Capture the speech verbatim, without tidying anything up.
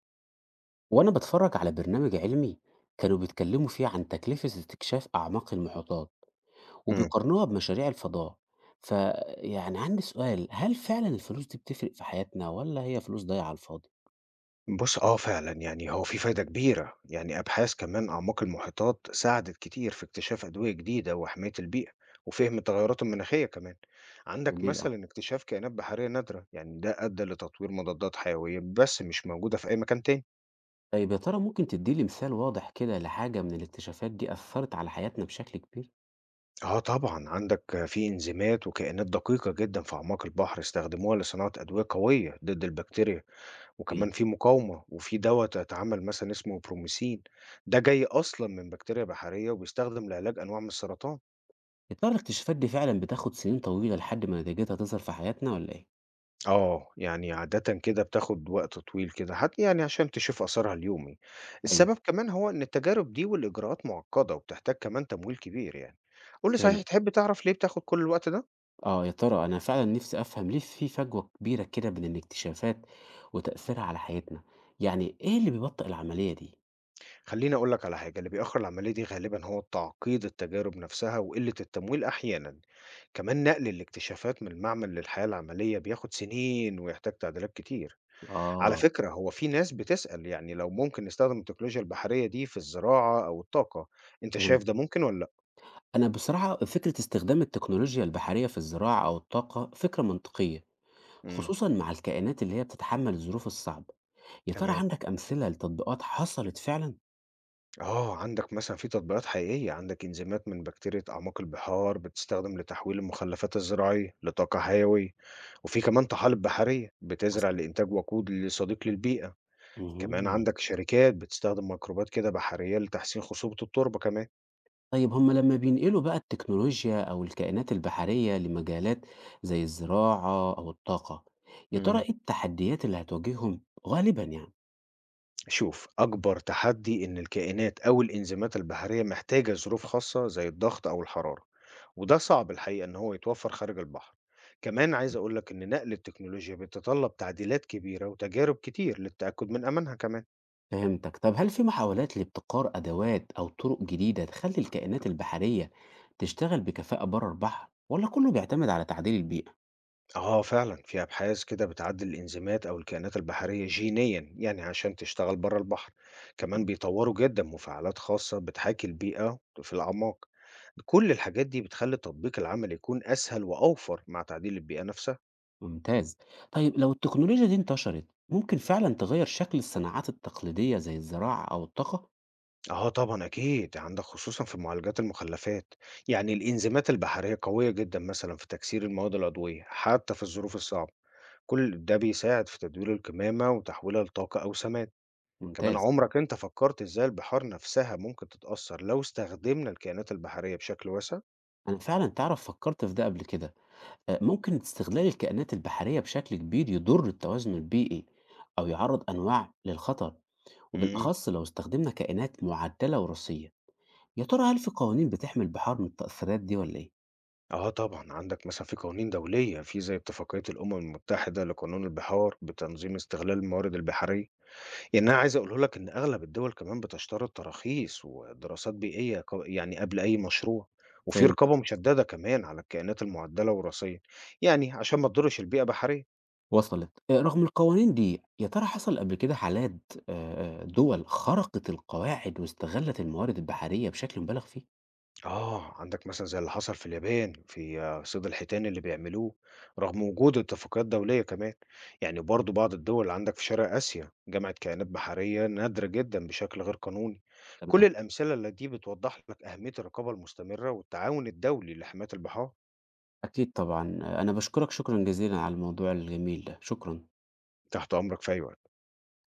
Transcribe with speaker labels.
Speaker 1: وأنا بتفرج على برنامج علمي، كانوا بيتكلموا فيه عن تكلفة استكشاف أعماق المحيطات
Speaker 2: إمم.
Speaker 1: وبيقارنوها بمشاريع الفضاء. فيعني عندي سؤال، هل فعلا الفلوس دي بتفرق في حياتنا ولا هي فلوس ضايعة على الفاضي؟
Speaker 2: بُص آه فعلًا، يعني هو في فايدة كبيرة، يعني أبحاث كمان أعماق المحيطات ساعدت كتير في اكتشاف أدوية جديدة وحماية البيئة، وفهم التغيرات المناخية كمان. عندك
Speaker 1: جميل أوي.
Speaker 2: مثلًا اكتشاف كائنات بحرية نادرة، يعني ده أدى لتطوير مضادات حيوية بس مش موجودة في أي مكان تاني.
Speaker 1: طيب يا ترى ممكن تديلي مثال واضح كده لحاجة من الاكتشافات دي أثرت على حياتنا بشكل كبير؟
Speaker 2: آه طبعًا، عندك في إنزيمات وكائنات دقيقة جدًا في أعماق البحر استخدموها لصناعة أدوية قوية ضد البكتيريا. وكمان
Speaker 1: إيه؟
Speaker 2: في مقاومة، وفي دَوَّة اتعمل مثلًا اسمه بروميسين، ده جاي أصلًا من بكتيريا بحرية وبيستخدم لعلاج أنواع من السرطان.
Speaker 1: يا ترى الاكتشافات دي فعلا بتاخد سنين طويلة لحد ما نتيجتها تظهر في حياتنا ولا إيه؟
Speaker 2: آه، يعني عادةً كده بتاخد وقت طويل كده حت يعني عشان تشوف أثرها اليومي.
Speaker 1: أيوه.
Speaker 2: السبب كمان هو إن التجارب دي والإجراءات معقدة وبتحتاج كمان تمويل كبير يعني. قُل لي صحيح
Speaker 1: فهمت.
Speaker 2: تحب تعرف ليه بتاخد كل الوقت ده؟
Speaker 1: آه، يا ترى أنا فعلا نفسي أفهم ليه في فجوة كبيرة كده بين الاكتشافات وتأثيرها على حياتنا. يعني إيه اللي بيبطئ العملية دي؟
Speaker 2: خليني أقول لك على حاجة اللي بيأخر العملية دي غالبا هو تعقيد التجارب نفسها وقلة التمويل أحيانا. كمان نقل الاكتشافات من المعمل للحياة العملية بياخد سنين ويحتاج تعديلات كتير. على
Speaker 1: آه.
Speaker 2: فكرة هو في ناس بتسأل يعني لو ممكن نستخدم التكنولوجيا البحرية دي في الزراعة أو الطاقة. أنت شايف
Speaker 1: فهمت.
Speaker 2: ده ممكن ولا لأ؟
Speaker 1: أنا بصراحة فكرة استخدام التكنولوجيا البحرية في الزراعة أو الطاقة فكرة منطقية،
Speaker 2: مم.
Speaker 1: خصوصا مع الكائنات اللي هي بتتحمل الظروف الصعبة. يا ترى
Speaker 2: تمام.
Speaker 1: عندك أمثلة لتطبيقات حصلت فعلا؟
Speaker 2: آه، عندك مثلًا في تطبيقات حقيقية، عندك إنزيمات من بكتيريا أعماق البحار بتستخدم لتحويل المخلفات الزراعية لطاقة حيوية، وفي كمان طحالب بحرية بتزرع
Speaker 1: مثلا.
Speaker 2: لإنتاج وقود ل صديق للبيئة، كمان
Speaker 1: مهم.
Speaker 2: عندك شركات بتستخدم ميكروبات كده بحرية لتحسين خصوبة التربة كمان.
Speaker 1: طيب هم لما بينقلوا بقى التكنولوجيا أو الكائنات البحرية لمجالات زي الزراعة أو الطاقة، يا ترى
Speaker 2: إمم.
Speaker 1: إيه التحديات اللي هتواجههم غالبا يعني؟
Speaker 2: شوف أكبر تحدي إن الكائنات أو الإنزيمات البحرية محتاجة ظروف خاصة زي الضغط أو الحرارة، وده صعب الحقيقة إن هو يتوفر خارج البحر. كمان عايز أقولك إن نقل التكنولوجيا بيتطلب تعديلات كبيرة وتجارب كتير للتأكد من أمانها كمان.
Speaker 1: فهمتك. طب هل في محاولات لابتكار أدوات أو طرق جديدة تخلي الكائنات البحرية تشتغل بكفاءة بره البحر، ولا كله بيعتمد على تعديل البيئة؟
Speaker 2: آه فعلًا، في أبحاث كده بتعدّل الإنزيمات أو الكائنات البحرية جينيًا، يعني عشان تشتغل برّه البحر، كمان بيطوّروا جدًا مفاعلات خاصة بتحاكي البيئة في الأعماق، كل الحاجات دي بتخلّي التطبيق العملي يكون أسهل وأوفر مع تعديل البيئة نفسها.
Speaker 1: ممتاز. طيب لو التكنولوجيا دي انتشرت ممكن فعلا تغير شكل الصناعات التقليدية زي الزراعة أو الطاقة؟
Speaker 2: آه طبعًا أكيد، عندك خصوصًا في معالجات المخلفات، يعني الإنزيمات البحرية قوية جدًا مثلًا في تكسير المواد العضوية حتى في الظروف الصعبة، كل ده بيساعد في تدوير الكمامة وتحويلها لطاقة أو سماد. كمان
Speaker 1: ممتاز.
Speaker 2: عمرك أنت فكرت إزاي البحار نفسها ممكن تتأثر لو استخدمنا الكائنات البحرية بشكل واسع؟
Speaker 1: أنا فعلا تعرف فكرت في ده قبل كده. آه، ممكن استغلال الكائنات البحرية بشكل كبير يضر التوازن البيئي أو يعرض أنواع للخطر،
Speaker 2: امم.
Speaker 1: وبالأخص لو استخدمنا كائنات معدلة وراثية. يا ترى هل في قوانين بتحمي البحار من التأثيرات دي ولا إيه؟
Speaker 2: اه طبعا عندك مثلا في قوانين دولية في زي اتفاقية الأمم المتحدة لقانون البحار بتنظيم استغلال الموارد البحرية. يعني أنا عايز أقوله لك إن أغلب الدول كمان بتشترط تراخيص ودراسات بيئية ق- يعني قبل أي مشروع، وفي
Speaker 1: فهمت.
Speaker 2: رقابة مشددة كمان على الكائنات المعدلة وراثيا، يعني عشان ما تضرش البيئة بحرية.
Speaker 1: وصلت. آه، رغم القوانين دي يا ترى حصل قبل كده حالات، آه، آه، دول خرقت القواعد واستغلت الموارد البحرية بشكل مبالغ فيه؟
Speaker 2: آه، عندك مثلًا زي اللي حصل في اليابان في آه، صيد الحيتان اللي بيعملوه، رغم وجود اتفاقيات دولية كمان، يعني برضه بعض الدول اللي عندك في شرق آسيا جمعت كائنات بحرية نادرة جدًا بشكل غير قانوني، كل
Speaker 1: تمام.
Speaker 2: الأمثلة اللي دي بتوضح لك أهمية الرقابة المستمرة والتعاون الدولي لحماية البحار،
Speaker 1: أكيد طبعا. آه، أنا بشكرك شكرا جزيلا على الموضوع الجميل ده. شكرا.
Speaker 2: تحت أمرك في أي وقت.